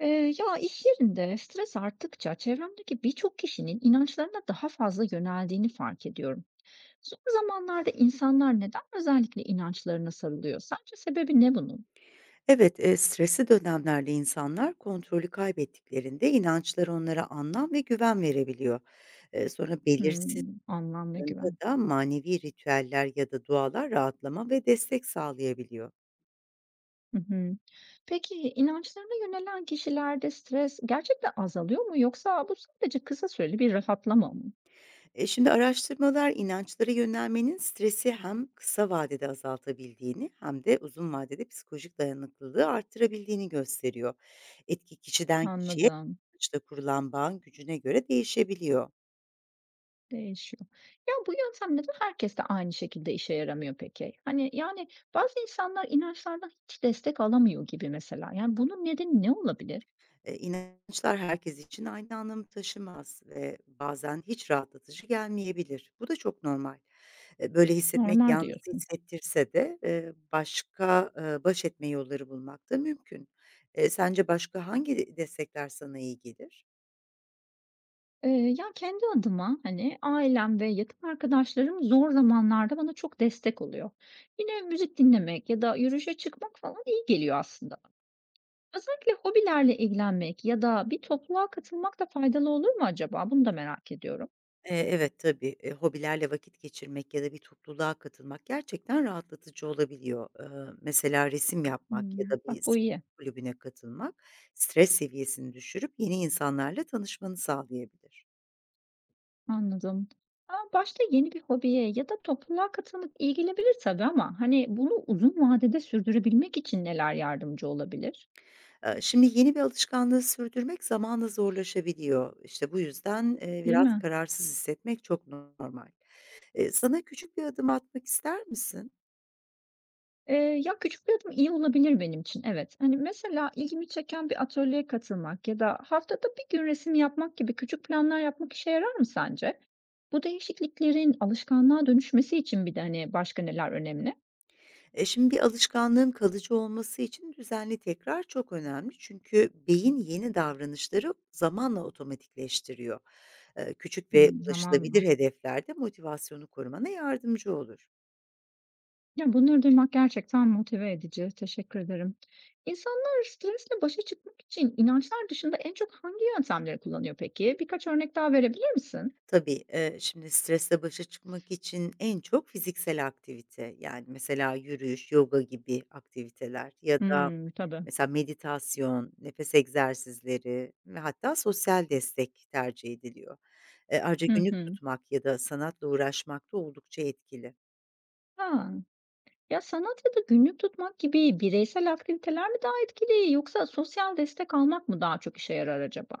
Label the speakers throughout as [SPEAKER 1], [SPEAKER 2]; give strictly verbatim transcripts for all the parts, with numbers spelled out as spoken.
[SPEAKER 1] Eee, ya iş yerinde stres arttıkça çevremdeki birçok kişinin inançlarına daha fazla yöneldiğini fark ediyorum. Son zamanlarda insanlar neden özellikle inançlarına sarılıyor? Sence sebebi ne bunun?
[SPEAKER 2] Evet, eee, stresli dönemlerde insanlar kontrolü kaybettiklerinde inançlar onlara anlam ve güven verebiliyor. Eee, sonra belirsiz
[SPEAKER 1] Hmm, anlam ve
[SPEAKER 2] durumda
[SPEAKER 1] güven.
[SPEAKER 2] da manevi ritüeller ya da dualar rahatlama ve destek sağlayabiliyor.
[SPEAKER 1] Hı hı. Peki inançlarına yönelen kişilerde stres gerçekten azalıyor mu yoksa bu sadece kısa süreli bir rahatlama mı?
[SPEAKER 2] E, şimdi araştırmalar inançlara yönelmenin stresi hem kısa vadede azaltabildiğini hem de uzun vadede psikolojik dayanıklılığı arttırabildiğini gösteriyor. Etki kişiden kişiye
[SPEAKER 1] Anladım.
[SPEAKER 2] inançla kurulan bağın gücüne göre değişebiliyor.
[SPEAKER 1] Değişiyor. Ya, bu yöntem yöntemler herkeste aynı şekilde işe yaramıyor peki? Hani, yani, bazı insanlar inançlardan hiç destek alamıyor gibi mesela. Yani, bunun nedeni ne olabilir?
[SPEAKER 2] Eee, inançlar herkes için aynı anlamı taşımaz ve bazen hiç rahatlatıcı gelmeyebilir. Bu da çok normal. Eee, böyle hissetmek
[SPEAKER 1] Normal
[SPEAKER 2] yalnız
[SPEAKER 1] diyorsun.
[SPEAKER 2] hissettirse de, eee, başka, eee, baş etme yolları bulmak da mümkün. Eee, sence başka hangi destekler sana iyi gelir?
[SPEAKER 1] Eee, ya, kendi adıma, hani, ailem ve yakın arkadaşlarım zor zamanlarda bana çok destek oluyor. Yine müzik dinlemek ya da yürüyüşe çıkmak falan iyi geliyor aslında. Özellikle hobilerle ilgilenmek ya da bir topluluğa katılmak da faydalı olur mu acaba? Bunu da merak ediyorum.
[SPEAKER 2] Eee, evet, tabii, eee, hobilerle vakit geçirmek ya da bir topluluğa katılmak gerçekten rahatlatıcı olabiliyor. Eee, mesela resim yapmak ya
[SPEAKER 1] Hımm,
[SPEAKER 2] da bir
[SPEAKER 1] bak bu
[SPEAKER 2] spor
[SPEAKER 1] iyi.
[SPEAKER 2] kulübüne katılmak stres seviyesini düşürüp yeni insanlarla tanışmanı sağlayabilir.
[SPEAKER 1] Anladım. A, başta yeni bir hobiye ya da topluluğa katılmak ilgilenebilir tabii ama, hani, bunu uzun vadede sürdürebilmek için neler yardımcı olabilir?
[SPEAKER 2] Eee, şimdi yeni bir alışkanlığı sürdürmek zamanla zorlaşabiliyor. İşte, bu yüzden, eee,
[SPEAKER 1] Değil
[SPEAKER 2] biraz
[SPEAKER 1] mi?
[SPEAKER 2] kararsız hissetmek çok normal. Eee, sana küçük bir adım atmak ister misin?
[SPEAKER 1] Eee, ya, küçük bir adım iyi olabilir benim için, evet. Hani, mesela ilgimi çeken bir atölyeye katılmak ya da haftada bir gün resim yapmak gibi küçük planlar yapmak işe yarar mı sence? Bu değişikliklerin alışkanlığa dönüşmesi için bir de, hani, başka neler önemli?
[SPEAKER 2] E, şimdi bir alışkanlığın kalıcı olması için düzenli tekrar çok önemli. Çünkü beyin yeni davranışları zamanla otomatikleştiriyor. E, küçük ve
[SPEAKER 1] Hımm,
[SPEAKER 2] ulaşılabilir
[SPEAKER 1] zamanla.
[SPEAKER 2] hedeflerde motivasyonu korumana yardımcı olur.
[SPEAKER 1] Ya, bunları duymak gerçekten motive edici. Teşekkür ederim. İnsanlar stresle başa çıkmak için inançlar dışında en çok hangi yöntemleri kullanıyor peki? Birkaç örnek daha verebilir misin?
[SPEAKER 2] Tabii, eee, şimdi stresle başa çıkmak için en çok fiziksel aktivite, yani, mesela yürüyüş, yoga gibi aktiviteler ya da
[SPEAKER 1] Hmm, tabii.
[SPEAKER 2] mesela meditasyon, nefes egzersizleri ve hatta sosyal destek tercih ediliyor. Eee, ayrıca
[SPEAKER 1] Hı
[SPEAKER 2] günlük
[SPEAKER 1] hı.
[SPEAKER 2] tutmak ya da sanatla uğraşmak da oldukça etkili.
[SPEAKER 1] Ha. Ya, sanat ya da günlük tutmak gibi bireysel aktiviteler mi daha etkili yoksa sosyal destek almak mı daha çok işe yarar acaba?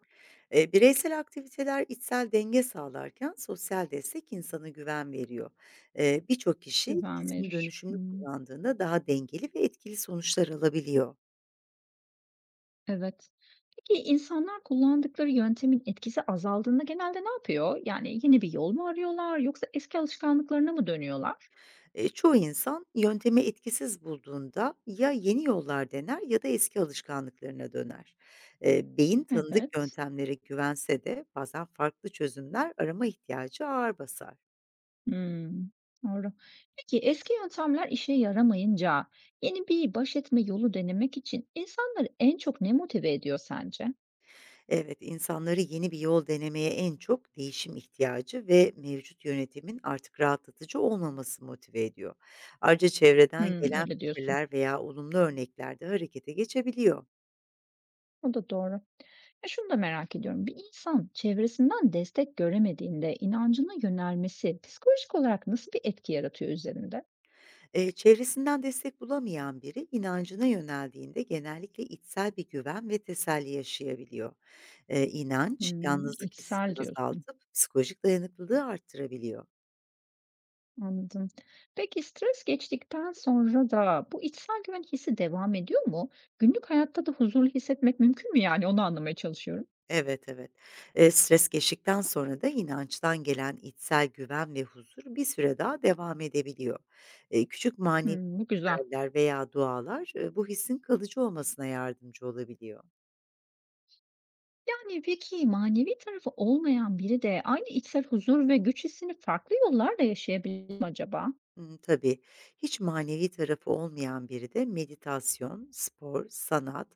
[SPEAKER 2] Eee, bireysel aktiviteler içsel denge sağlarken sosyal destek insana güven veriyor. Eee, birçok kişi
[SPEAKER 1] Güven
[SPEAKER 2] ikisini
[SPEAKER 1] verir.
[SPEAKER 2] dönüşümlü
[SPEAKER 1] Hmm,
[SPEAKER 2] kullandığında daha dengeli ve etkili sonuçlar alabiliyor.
[SPEAKER 1] evet. Peki insanlar kullandıkları yöntemin etkisi azaldığında genelde ne yapıyor? Yani yeni bir yol mu arıyorlar yoksa eski alışkanlıklarına mı dönüyorlar?
[SPEAKER 2] Eee, çoğu insan yöntemi etkisiz bulduğunda ya yeni yollar dener ya da eski alışkanlıklarına döner. Eee, beyin tanıdık
[SPEAKER 1] Evet.
[SPEAKER 2] yöntemlere güvense de bazen farklı çözümler arama ihtiyacı ağır basar.
[SPEAKER 1] Hımm. Doğru. Peki eski yöntemler işe yaramayınca yeni bir baş etme yolu denemek için insanları en çok ne motive ediyor sence?
[SPEAKER 2] Evet, insanları yeni bir yol denemeye en çok değişim ihtiyacı ve mevcut yönetimin artık rahatlatıcı olmaması motive ediyor. Ayrıca çevreden
[SPEAKER 1] Hımm,
[SPEAKER 2] gelen
[SPEAKER 1] öyle diyorsun.
[SPEAKER 2] fikirler veya olumlu örnekler de harekete geçebiliyor.
[SPEAKER 1] O da doğru. Ya, şunu da merak ediyorum. Bir insan çevresinden destek göremediğinde inancına yönelmesi psikolojik olarak nasıl bir etki yaratıyor üzerinde?
[SPEAKER 2] Eee, çevresinden destek bulamayan biri inancına yöneldiğinde genellikle içsel bir güven ve teselli yaşayabiliyor. Eee, inanç,
[SPEAKER 1] Hımm,
[SPEAKER 2] yalnızlık hissini
[SPEAKER 1] içsel diyorsun.
[SPEAKER 2] azaltıp psikolojik dayanıklılığı arttırabiliyor.
[SPEAKER 1] Anladım. Peki stres geçtikten sonra da bu içsel güven hissi devam ediyor mu? Günlük hayatta da huzurlu hissetmek mümkün mü yani? Onu anlamaya çalışıyorum.
[SPEAKER 2] Evet, evet. Eee, stres geçtikten sonra da inançtan gelen içsel güven ve huzur bir süre daha devam edebiliyor. Eee, küçük manevi
[SPEAKER 1] Hımm, bu güzel.
[SPEAKER 2] ritüeller veya dualar, eee, bu hissin kalıcı olmasına yardımcı olabiliyor.
[SPEAKER 1] Yani peki manevi tarafı olmayan biri de aynı içsel huzur ve güç hissini farklı yollarla yaşayabilir mi acaba?
[SPEAKER 2] Hımm, tabii. Hiç manevi tarafı olmayan biri de meditasyon, spor, sanat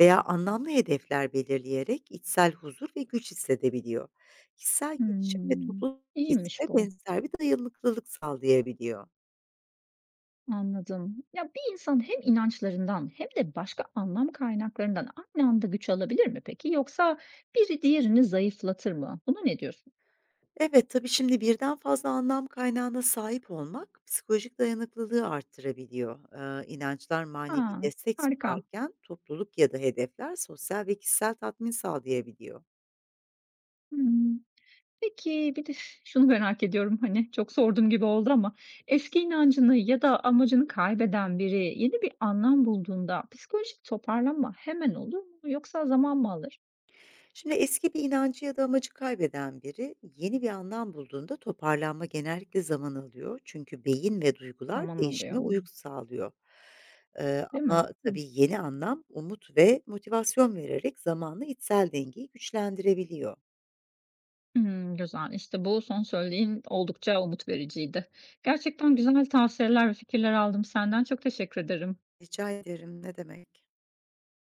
[SPEAKER 2] veya anlamlı hedefler belirleyerek içsel huzur ve güç hissedebiliyor. Kişisel gelişim ve
[SPEAKER 1] Hımm,
[SPEAKER 2] topluluk hissi
[SPEAKER 1] iyiymiş
[SPEAKER 2] de
[SPEAKER 1] bu.
[SPEAKER 2] benzer bir dayanıklılık sağlayabiliyor.
[SPEAKER 1] Anladım. Ya bir insan hem inançlarından hem de başka anlam kaynaklarından aynı anda güç alabilir mi peki? Yoksa biri diğerini zayıflatır mı? Buna ne diyorsun?
[SPEAKER 2] Evet, tabii şimdi birden fazla anlam kaynağına sahip olmak psikolojik dayanıklılığı arttırabiliyor. Eee, inançlar manevi
[SPEAKER 1] A!
[SPEAKER 2] destek
[SPEAKER 1] Harika.
[SPEAKER 2] sunarken topluluk ya da hedefler sosyal ve kişisel tatmin sağlayabiliyor.
[SPEAKER 1] Hımm. Peki, bir de şunu merak ediyorum, hani, çok sorduğum gibi oldu ama eski inancını ya da amacını kaybeden biri yeni bir anlam bulduğunda psikolojik toparlanma hemen olur mu yoksa zaman mı alır?
[SPEAKER 2] Şimdi eski bir inancı ya da amacı kaybeden biri yeni bir anlam bulduğunda toparlanma genellikle zaman alıyor. Çünkü beyin ve duygular
[SPEAKER 1] Zaman alıyor.
[SPEAKER 2] değişime uyum
[SPEAKER 1] Hımm.
[SPEAKER 2] sağlıyor. Eee,
[SPEAKER 1] Değil mi?
[SPEAKER 2] ama
[SPEAKER 1] Hıh.
[SPEAKER 2] tabii yeni anlam umut ve motivasyon vererek zamanla içsel dengeyi güçlendirebiliyor.
[SPEAKER 1] Hımm, güzel. İşte, bu son söylediğin oldukça umut vericiydi. Gerçekten güzel tavsiyeler ve fikirler aldım senden. Çok teşekkür ederim.
[SPEAKER 2] Rica ederim, ne demek?